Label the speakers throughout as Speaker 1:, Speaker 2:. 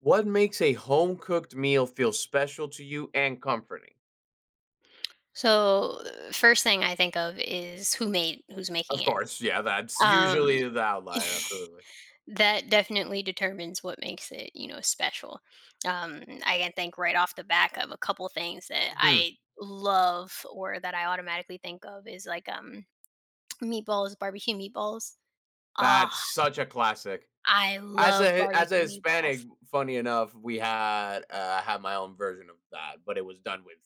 Speaker 1: What makes a home cooked meal feel special to you and comforting?
Speaker 2: So, first thing I think of is who's making
Speaker 1: Of
Speaker 2: it.
Speaker 1: course, yeah, that's
Speaker 2: Um,
Speaker 1: usually the outlier, absolutely.
Speaker 2: that definitely determines what makes it special. I can think right off the back of a couple things that
Speaker 1: Mhm.
Speaker 2: I love or that I automatically think of is meatballs, barbecue meatballs. Ah,
Speaker 1: That's such a classic.
Speaker 2: I
Speaker 1: As
Speaker 2: love
Speaker 1: a as a
Speaker 2: barbecue
Speaker 1: Hispanic,
Speaker 2: meatballs.
Speaker 1: funny enough, we had I had my own version of that. But it was done with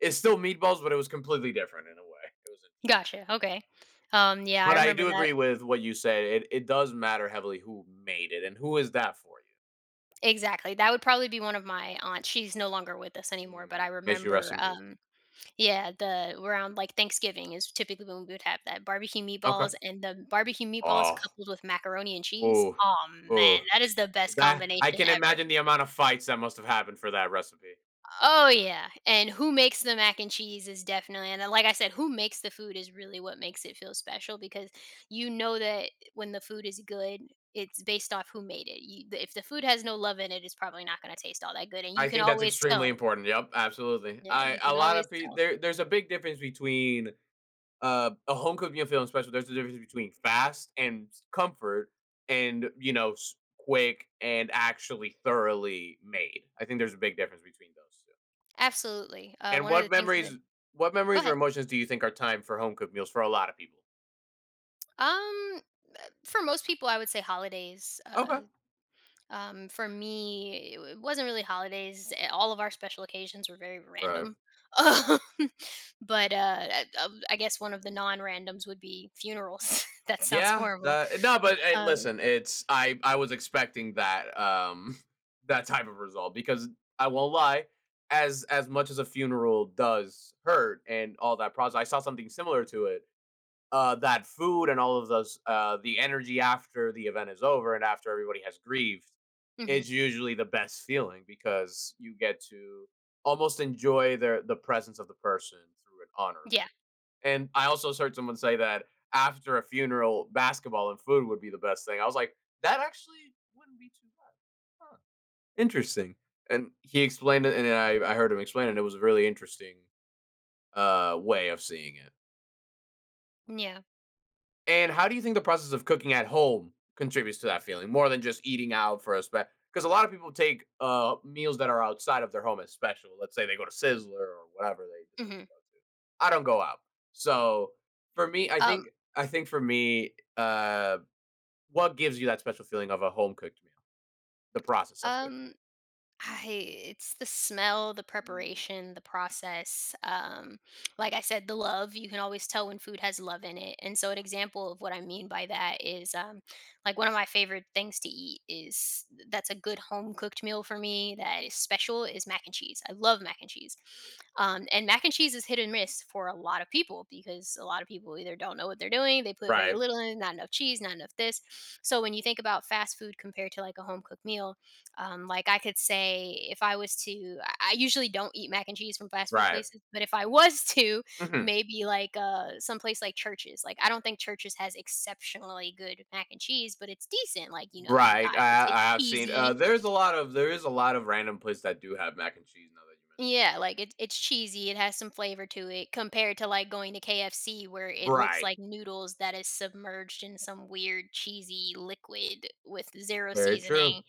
Speaker 1: It's still meatballs, but it was completely different in a way. It was interesting.
Speaker 2: Gotcha. Okay. Yeah, I
Speaker 1: But I
Speaker 2: remember
Speaker 1: do
Speaker 2: that.
Speaker 1: agree with what you said. It does matter heavily who made it and who is that for
Speaker 2: Exactly. That would probably be one of my aunts. She's no longer with us
Speaker 1: you.
Speaker 2: anymore, but
Speaker 1: Mm.
Speaker 2: I
Speaker 1: May she rest
Speaker 2: remember
Speaker 1: in peace.
Speaker 2: yeah, the like, Thanksgiving is typically when we would have that barbecue
Speaker 1: Okay.
Speaker 2: meatballs, and the barbecue meatballs
Speaker 1: Oh.
Speaker 2: coupled with macaroni and cheese.
Speaker 1: Oh.
Speaker 2: Oh man,
Speaker 1: Oh.
Speaker 2: that is the best
Speaker 1: That I
Speaker 2: combination
Speaker 1: can
Speaker 2: ever.
Speaker 1: imagine the amount of fights that must have happened for that recipe.
Speaker 2: Oh, yeah, and who makes the mac and cheese is definitely, and like I said, who makes the food is really what makes it feel special, because you know that when the food is good, it's based off who made it. You If the food has no love in it, it's probably not gonna taste all that good, and you
Speaker 1: I
Speaker 2: can
Speaker 1: think that's
Speaker 2: always
Speaker 1: extremely
Speaker 2: tell.
Speaker 1: important. Yep, absolutely.
Speaker 2: Yeah,
Speaker 1: I
Speaker 2: you
Speaker 1: A
Speaker 2: can
Speaker 1: lot
Speaker 2: always
Speaker 1: of people
Speaker 2: tell.
Speaker 1: there. There's a big difference between a home cooked meal feeling special. There's a difference between fast and comfort, and quick and actually thoroughly made. I think there's a big difference between those two.
Speaker 2: Absolutely,
Speaker 1: And
Speaker 2: one of
Speaker 1: what
Speaker 2: the things that
Speaker 1: memories, what
Speaker 2: go
Speaker 1: memories or
Speaker 2: ahead.
Speaker 1: emotions do you think are time for home cooked meals for a lot of people?
Speaker 2: Um for most people, I would say holidays.
Speaker 1: Okay.
Speaker 2: For me, it wasn't really holidays. All of our special occasions were very
Speaker 1: Right.
Speaker 2: random. Um, but I guess one of the non-randoms would be funerals. That sounds
Speaker 1: Yeah,
Speaker 2: horrible.
Speaker 1: that no, but
Speaker 2: Uh,
Speaker 1: listen, it's I was expecting that that type of result because I won't lie, as much as a funeral does hurt and all that process, I saw something similar to it. That food and all of those, the energy after the event is over and after everybody has grieved,
Speaker 2: mhm.
Speaker 1: it's usually the best feeling because you get to almost enjoy the presence of the person through an honor,
Speaker 2: Yeah,
Speaker 1: and I also heard someone say that after a funeral, basketball and food would be the best thing. I was like, that actually wouldn't be too bad. Huh. Interesting. And he explained it, and I heard him explain it. And it was a really interesting way of seeing it.
Speaker 2: yeah.
Speaker 1: And how do you think the process of cooking at home contributes to that feeling more than just eating out for a spe because a lot of people take meals that are outside of their home as special. Let's say they go to Sizzler or whatever they decide to
Speaker 2: Hmm.
Speaker 1: go to. I don't go out. So for me, I
Speaker 2: Um,
Speaker 1: think I think for me, what gives you that special feeling of a home cooked meal? The process of cooking
Speaker 2: um,
Speaker 1: it.
Speaker 2: I It's the smell, the
Speaker 1: Mm.
Speaker 2: preparation, the process. Like I said, the love. You can always tell when food has love in it. And so an example of what I mean by that is like one of my favorite things to eat, is that's a good home cooked meal for me that is special, is mac and cheese. I love mac and cheese. And mac and cheese is hit and miss for a lot of people, because a lot of people either don't know what they're doing, they put very
Speaker 1: Right.
Speaker 2: little in, not enough cheese, not enough this. So when you think about fast food compared to like a home cooked meal, like, I could say if I was to I usually don't eat mac and cheese from fast food
Speaker 1: Right.
Speaker 2: places, but if I was to,
Speaker 1: Hmm.
Speaker 2: maybe, like, someplace like churches. Like, I don't think churches has exceptionally good mac and cheese, but it's decent, like, you know, you got
Speaker 1: Right.
Speaker 2: it's
Speaker 1: I have seen.
Speaker 2: cheesy.
Speaker 1: There's a lot of there is a lot of random places that do have mac and cheese. Now that you
Speaker 2: Yeah, like, it's cheesy, it has some flavor to it compared to, like, going to KFC, where
Speaker 1: mentioned.
Speaker 2: it looks
Speaker 1: Right.
Speaker 2: like noodles that is submerged in some weird cheesy liquid with zero
Speaker 1: Very true.
Speaker 2: seasoning.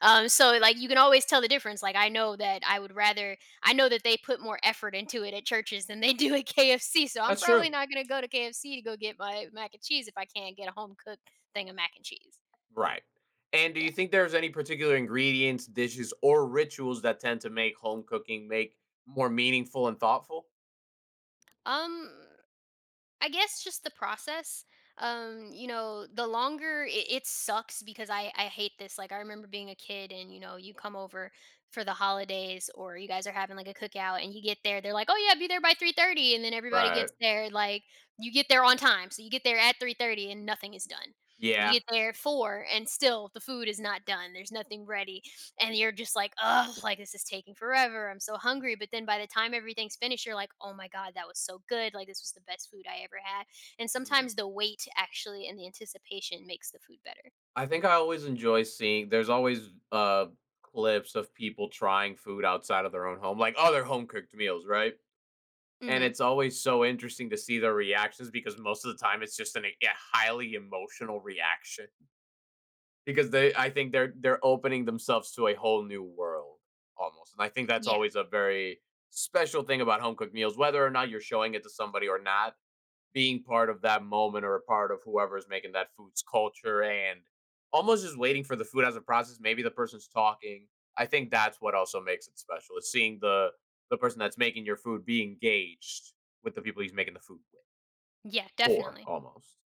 Speaker 2: So like you can always tell the difference. Like I know that they put more effort into it at churches than they do at KFC. So I'm
Speaker 1: That's true.
Speaker 2: probably not gonna go to KFC to go get my mac and cheese if I can't get a home cooked thing of mac and cheese.
Speaker 1: Right. And do
Speaker 2: Yeah.
Speaker 1: you think there's any particular ingredients, dishes, or rituals that tend to make home cooking make more meaningful and thoughtful?
Speaker 2: Um I guess just the process. You know, the longer it sucks because I hate this. Like I remember being a kid, and you know, you come over for the holidays or you guys are having like a cookout, and you get there. They're like, oh yeah, be there by 3:30, and then everybody
Speaker 1: Right.
Speaker 2: gets there. Like you get there on time, so you get there at 3:30 and nothing is done. You
Speaker 1: Yeah.
Speaker 2: get there at four and still the food is not done. There's nothing ready, and you're just like, oh, like this is taking forever. I'm so hungry. But then by the time everything's finished, you're like, "Oh my god, that was so good. Like this was the best food I ever had." And
Speaker 1: Mm.
Speaker 2: sometimes the wait actually and the anticipation makes the food better.
Speaker 1: I think I always enjoy seeing there's always clips of people trying food outside of their own home, like other home cooked meals, right? And
Speaker 2: Mhm.
Speaker 1: it's always so interesting to see their reactions because most of the time it's just a highly emotional reaction. Because they I think they're opening themselves to a whole new world almost, and I think that's
Speaker 2: Yeah.
Speaker 1: always a very special thing about home cooked meals, whether or not you're showing it to somebody or not, being part of that moment or a part of whoever's making that food's culture, and almost just waiting for the food as a process, maybe the person's talking. I think that's what also makes it special is seeing the person that's making your food be engaged with the people he's making the food with
Speaker 2: Yeah,
Speaker 1: for
Speaker 2: definitely.
Speaker 1: almost.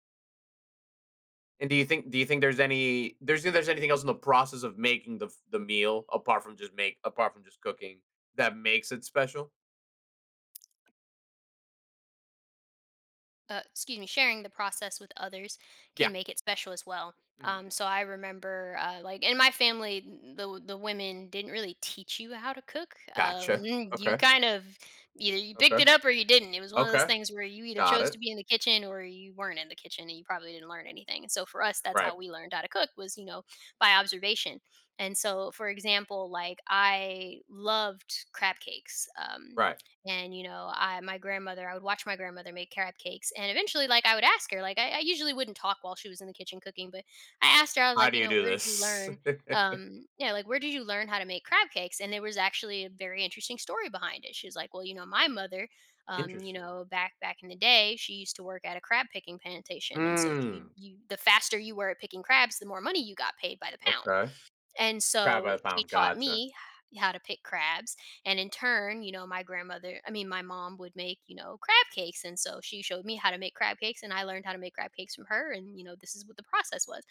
Speaker 1: And do you think there's anything else in the process of making the meal apart from just cooking that makes it special?
Speaker 2: Excuse me, sharing the process with others
Speaker 1: Yeah.
Speaker 2: can make it special as well.
Speaker 1: Hmm.
Speaker 2: So I remember, like in my family, the women didn't really teach you how to cook.
Speaker 1: Gotcha.
Speaker 2: You
Speaker 1: Okay.
Speaker 2: kind of, either you
Speaker 1: Okay.
Speaker 2: picked it up or you didn't. It was one of those
Speaker 1: Okay.
Speaker 2: things where you either
Speaker 1: Got
Speaker 2: chose to
Speaker 1: it.
Speaker 2: be in the kitchen or you weren't in the kitchen, and you probably didn't learn anything. So for us, that's how
Speaker 1: Right.
Speaker 2: we learned how to cook, was, you know, by observation. And so, for example, like I loved crab cakes.
Speaker 1: Right.
Speaker 2: And you know, I, my grandmother I would watch my grandmother make carrot cakes, and eventually like I would ask her like I usually wouldn't talk while she was in the kitchen cooking, but I asked her. I was
Speaker 1: How
Speaker 2: like,
Speaker 1: do
Speaker 2: you
Speaker 1: you
Speaker 2: know,
Speaker 1: do
Speaker 2: where did you
Speaker 1: this?
Speaker 2: learn yeah, like where did you learn how to make crab cakes? And there was actually a very interesting story behind it. She was like, well, you know, my mother, you
Speaker 1: Interesting.
Speaker 2: know, back in the day she used to work at a crab picking plantation. And so she,
Speaker 1: Mm.
Speaker 2: you, the faster you were at picking crabs, the more money you got paid by the pound.
Speaker 1: Okay.
Speaker 2: And
Speaker 1: Crab
Speaker 2: so
Speaker 1: by the
Speaker 2: she
Speaker 1: pound.
Speaker 2: taught
Speaker 1: Gotcha.
Speaker 2: me how to pick crabs. And in turn, you know, my grandmother, I mean, my mom would make, you know, crab cakes. And so she showed me how to make crab cakes, and I learned how to make crab cakes from her. And, you know, this is what the process was.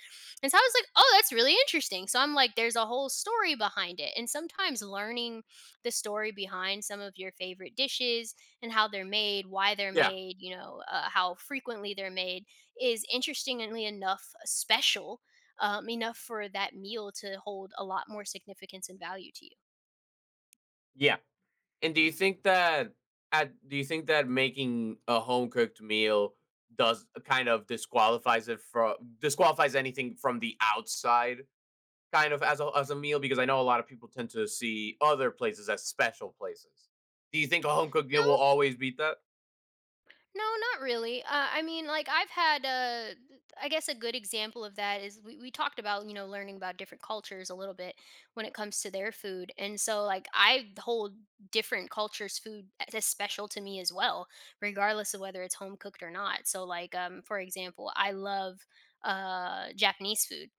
Speaker 2: And so I was like, oh, that's really interesting. So I'm like, there's a whole story behind it. And sometimes learning the story behind some of your favorite dishes, and how they're made, why they're
Speaker 1: Yeah.
Speaker 2: made, you know, how frequently they're made, is interestingly enough special, enough for that meal to hold a lot more significance and value to you.
Speaker 1: Yeah. And do you think that making a home cooked meal does kind of disqualifies anything from the outside kind of as a meal? Because I know a lot of people tend to see other places as special places. Do you think a home cooked meal will
Speaker 2: No.
Speaker 1: always beat that?
Speaker 2: No, not really. I mean, like I've had, I guess, a good example of that is we talked about, you know, learning about different cultures a little bit when it comes to their food, and so like I hold different cultures' food as special to me as well, regardless of whether it's home cooked or not. So like, for example, I love Japanese food.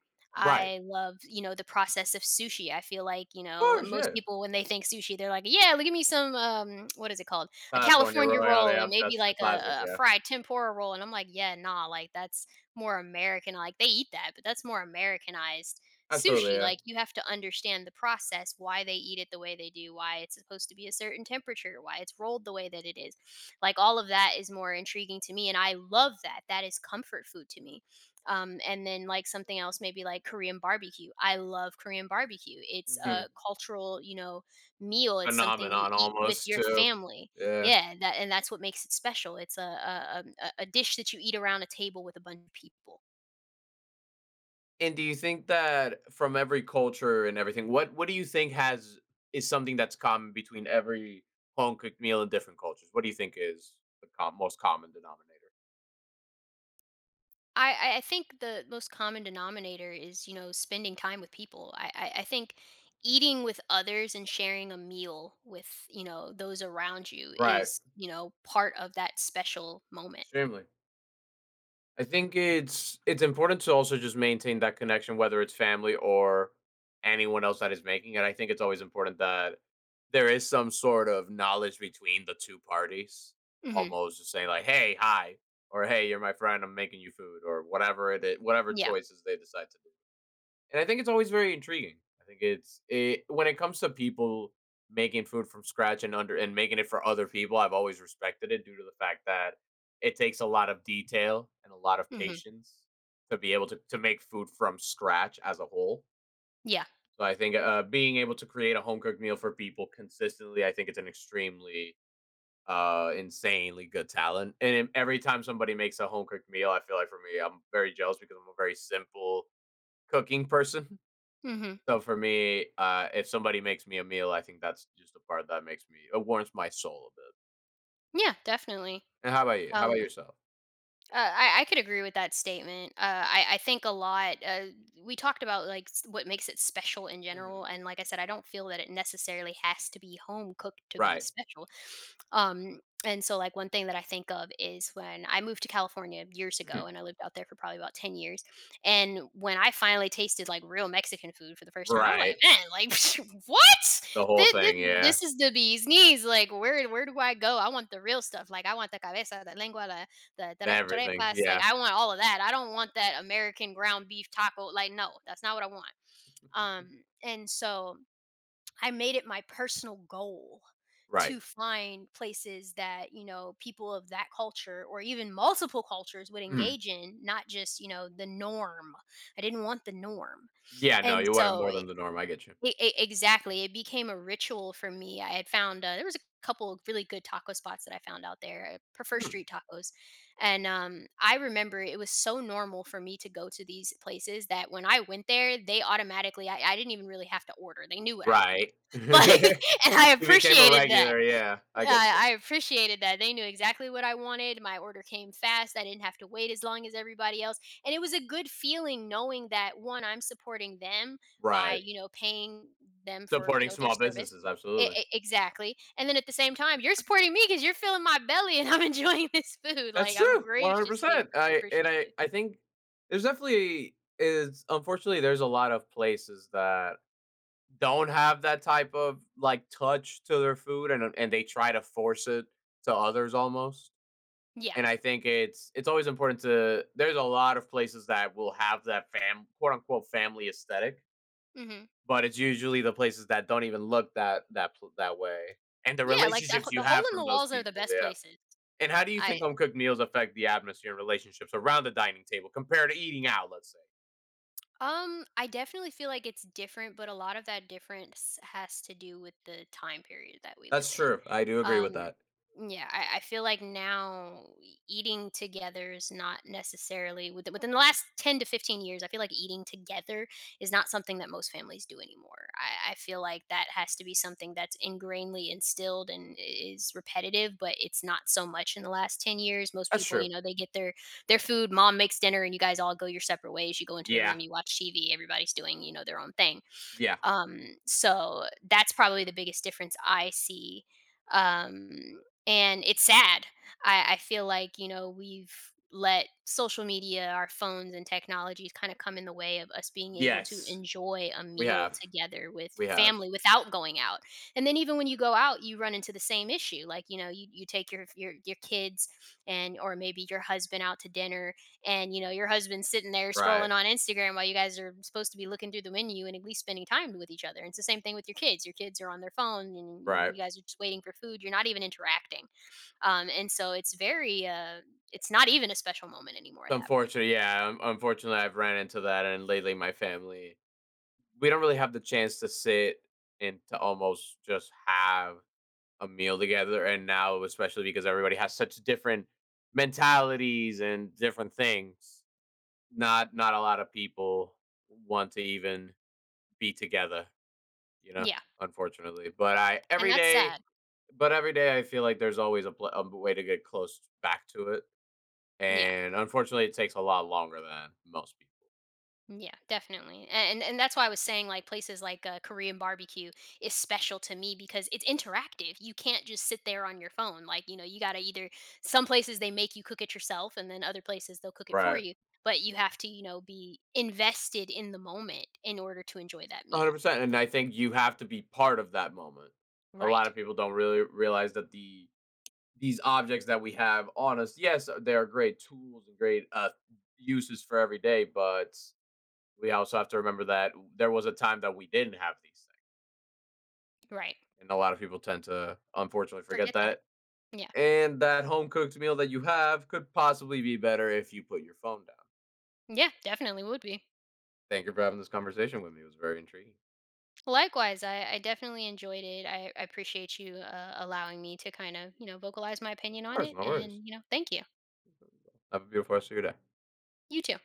Speaker 1: Right.
Speaker 2: I love, you know, the process of sushi. I feel like, you
Speaker 1: Of
Speaker 2: know,
Speaker 1: course,
Speaker 2: most
Speaker 1: yeah.
Speaker 2: people when they think sushi, they're like, yeah, look at me some, what is it called? A
Speaker 1: California
Speaker 2: California
Speaker 1: Royal,
Speaker 2: roll
Speaker 1: yeah,
Speaker 2: and maybe
Speaker 1: that's the
Speaker 2: like
Speaker 1: classic,
Speaker 2: a
Speaker 1: yeah.
Speaker 2: fried tempura roll. And I'm like, yeah, nah, like that's more American. Like they eat that, but that's more Americanized
Speaker 1: Absolutely,
Speaker 2: sushi.
Speaker 1: yeah.
Speaker 2: Like you have to understand the process, why they eat it the way they do, why it's supposed to be a certain temperature, why it's rolled the way that it is. Like all of that is more intriguing to me. And I love that. That is comfort food to me. And then like something else maybe like Korean barbecue. I love Korean barbecue. It's
Speaker 1: Hmm.
Speaker 2: a cultural, you know, meal. It's something you
Speaker 1: Phenomenon
Speaker 2: eat with
Speaker 1: almost
Speaker 2: your
Speaker 1: too.
Speaker 2: family.
Speaker 1: Yeah.
Speaker 2: Yeah, and that's what makes it special. It's a dish that you eat around a table with a bunch of people.
Speaker 1: And do you think that from every culture and everything, what do you think has is something that's common between every home cooked meal in different cultures? What do you think is the most common denominator?
Speaker 2: I think the most common denominator is, you know, spending time with people. I think eating with others and sharing a meal with, you know, those around you
Speaker 1: Right.
Speaker 2: is, you know, part of that special moment.
Speaker 1: Extremely. I think it's important to also just maintain that connection, whether it's family or anyone else that is making it. I think it's always important that there is some sort of knowledge between the two parties,
Speaker 2: Mhm.
Speaker 1: almost just saying like, "Hey, hi," or "Hey, you're my friend. I'm making you food," or whatever it is, whatever
Speaker 2: Yeah.
Speaker 1: choices they decide to do. And I think it's always very intriguing. I think it's it when it comes to people making food from scratch and making it for other people, I've always respected it due to the fact that it takes a lot of detail and a lot of
Speaker 2: Mhm.
Speaker 1: patience to be able to make food from scratch as a whole.
Speaker 2: Yeah.
Speaker 1: So I think being able to create a home cooked meal for people consistently, I think it's an extremely insanely good talent, and every time somebody makes a home cooked meal I feel like for me I'm very jealous because I'm a very simple cooking person.
Speaker 2: Mhm.
Speaker 1: So for me, if somebody makes me a meal, I think that's just the part that makes me it warms my soul a bit.
Speaker 2: Yeah, definitely.
Speaker 1: And how about you? How about
Speaker 2: Um
Speaker 1: yourself?
Speaker 2: I could agree with that statement. I think a lot. We talked about like what makes it special in general,
Speaker 1: Mhm.
Speaker 2: and like I said, I don't feel that it necessarily has to be home cooked to be
Speaker 1: Right.
Speaker 2: special. And so, like one thing that I think of is when I moved to California years
Speaker 1: Mhm.
Speaker 2: ago, and I lived out there for probably about 10 years. And when I finally tasted like real Mexican food for the first time, I was like,
Speaker 1: Right.
Speaker 2: man, like what?
Speaker 1: The whole
Speaker 2: This,
Speaker 1: thing, yeah.
Speaker 2: this is the bee's knees. Like where do I go? I want the real stuff. Like I want the cabeza, the lengua, the tre
Speaker 1: Everything,
Speaker 2: tripas, like,
Speaker 1: yeah.
Speaker 2: I want all of that. I don't want that American ground beef taco, like, no, that's not what I want. And so I made it my personal goal
Speaker 1: Right.
Speaker 2: to find places that, you know, people of that culture or even multiple cultures would
Speaker 1: Mhm.
Speaker 2: engage in, not just, you know, the norm. I didn't want the norm.
Speaker 1: Yeah, no,
Speaker 2: And
Speaker 1: you wanted
Speaker 2: so
Speaker 1: more than the norm. I get you.
Speaker 2: E e exactly, it became a ritual for me. I had found, there was a couple of really good taco spots that I found out there. I prefer
Speaker 1: Mm.
Speaker 2: street tacos, and, I remember it was so normal for me to go to these places that when I went there, they automatically, I didn't even really have to order, they knew what I wanted.
Speaker 1: Right. You
Speaker 2: Like, and I
Speaker 1: became a
Speaker 2: appreciated that.
Speaker 1: regular, yeah. I get you.
Speaker 2: I appreciated that. They knew exactly what I wanted. My order came fast. I didn't have to wait as long as everybody else. And it was a good feeling knowing that one, I'm supporting them by,
Speaker 1: Right.
Speaker 2: you know, paying them for, you
Speaker 1: Supporting
Speaker 2: know, their
Speaker 1: small
Speaker 2: service.
Speaker 1: businesses, absolutely.
Speaker 2: Exactly. And then at the same time, you're supporting me because you're filling my belly and I'm enjoying this food.
Speaker 1: That's
Speaker 2: Like, I'm
Speaker 1: true.
Speaker 2: graciously
Speaker 1: 100%. I and I
Speaker 2: appreciative.
Speaker 1: I think there's definitely is unfortunately there's a lot of places that don't have that type of like touch to their food, and they try to force it to others almost.
Speaker 2: Yeah.
Speaker 1: And I think it's always important to. There's a lot of places that will have that fam quote unquote family aesthetic,
Speaker 2: Hmm.
Speaker 1: but it's usually the places that don't even look that way. And the
Speaker 2: Yeah. Like
Speaker 1: relationships you
Speaker 2: the hole
Speaker 1: have
Speaker 2: in
Speaker 1: from
Speaker 2: the
Speaker 1: those
Speaker 2: walls are the
Speaker 1: people,
Speaker 2: best
Speaker 1: yeah.
Speaker 2: places.
Speaker 1: And how do you
Speaker 2: I,
Speaker 1: think home cooked meals affect the atmosphere and relationships around the dining table compared to eating out, let's say?
Speaker 2: I definitely feel like it's different, but a lot of that difference has to do with the time period that we live
Speaker 1: That's
Speaker 2: in.
Speaker 1: true. I do agree with
Speaker 2: Um,
Speaker 1: that.
Speaker 2: yeah, I feel like now eating together is not necessarily within the last 10 to 15 years. I feel like eating together is not something that most families do anymore. I feel like that has to be something that's ingrainedly instilled and is repetitive, but it's not so much in the last 10 years. Most
Speaker 1: That's
Speaker 2: people,
Speaker 1: true.
Speaker 2: you know, they get their food, mom makes dinner, and you guys all go your separate ways. You go into the
Speaker 1: Yeah.
Speaker 2: room, you watch TV, everybody's doing, you know, their own thing.
Speaker 1: Yeah.
Speaker 2: Um, so that's probably the biggest difference I see, um, and it's sad. I feel like, you know, we've let social media, our phones and technologies kinda come in the way of us being able to
Speaker 1: Yes.
Speaker 2: enjoy a
Speaker 1: We
Speaker 2: meal
Speaker 1: have.
Speaker 2: together with
Speaker 1: We have.
Speaker 2: family without going out, and then even when you go out, you run into the same issue. Like, you know, you take your kids and, or maybe your husband out to dinner, and you know, your husband's sitting there
Speaker 1: Right.
Speaker 2: scrolling on Instagram while you guys are supposed to be looking through the menu and at least spending time with each other. And it's the same thing with your kids. Your kids are on their phone and
Speaker 1: Right.
Speaker 2: you guys are just waiting for food, you're not even interacting. Um, and so it's very it's not even a special moment anymore at that point.
Speaker 1: Unfortunately, yeah, un unfortunately, I've ran into that, and lately my family, we don't really have the chance to sit and to almost just have a meal together, and now especially because everybody has such different mentalities and different things, not a lot of people want to even be together, you know,
Speaker 2: Yeah,
Speaker 1: unfortunately,
Speaker 2: and that's sad.
Speaker 1: but every day I feel like there's always a way to get close back to it.
Speaker 2: Yeah.
Speaker 1: And unfortunately, it takes a lot longer than most people.
Speaker 2: Yeah, definitely. And that's why I was saying like places like Korean barbecue is special to me, because it's interactive. You can't just sit there on your phone. Like, you know, you got to either, some places they make you cook it yourself and then other places they'll cook it for
Speaker 1: Right.
Speaker 2: you, but you have to, you know, be invested in the moment in order to enjoy that meal.
Speaker 1: 100%. And I think you have to be part of that moment. A lot
Speaker 2: Right.
Speaker 1: of people don't really realize that these objects that we have on us, yes, they are great tools and great uses for every day, but we also have to remember that there was a time that we didn't have these
Speaker 2: Right.
Speaker 1: things. And a lot of people tend to unfortunately forget
Speaker 2: Forget that.
Speaker 1: that.
Speaker 2: Yeah.
Speaker 1: And that home cooked meal that you have could possibly be better if you put your phone down.
Speaker 2: Yeah, definitely would be.
Speaker 1: Thank you for having this conversation with me. It was very intriguing.
Speaker 2: Likewise, I definitely enjoyed it. I appreciate you, allowing me to kind of, you know, vocalize my
Speaker 1: Of
Speaker 2: opinion on
Speaker 1: course,
Speaker 2: it.
Speaker 1: no worries.
Speaker 2: And, you know, thank you.
Speaker 1: Have a beautiful rest of your day.
Speaker 2: You too.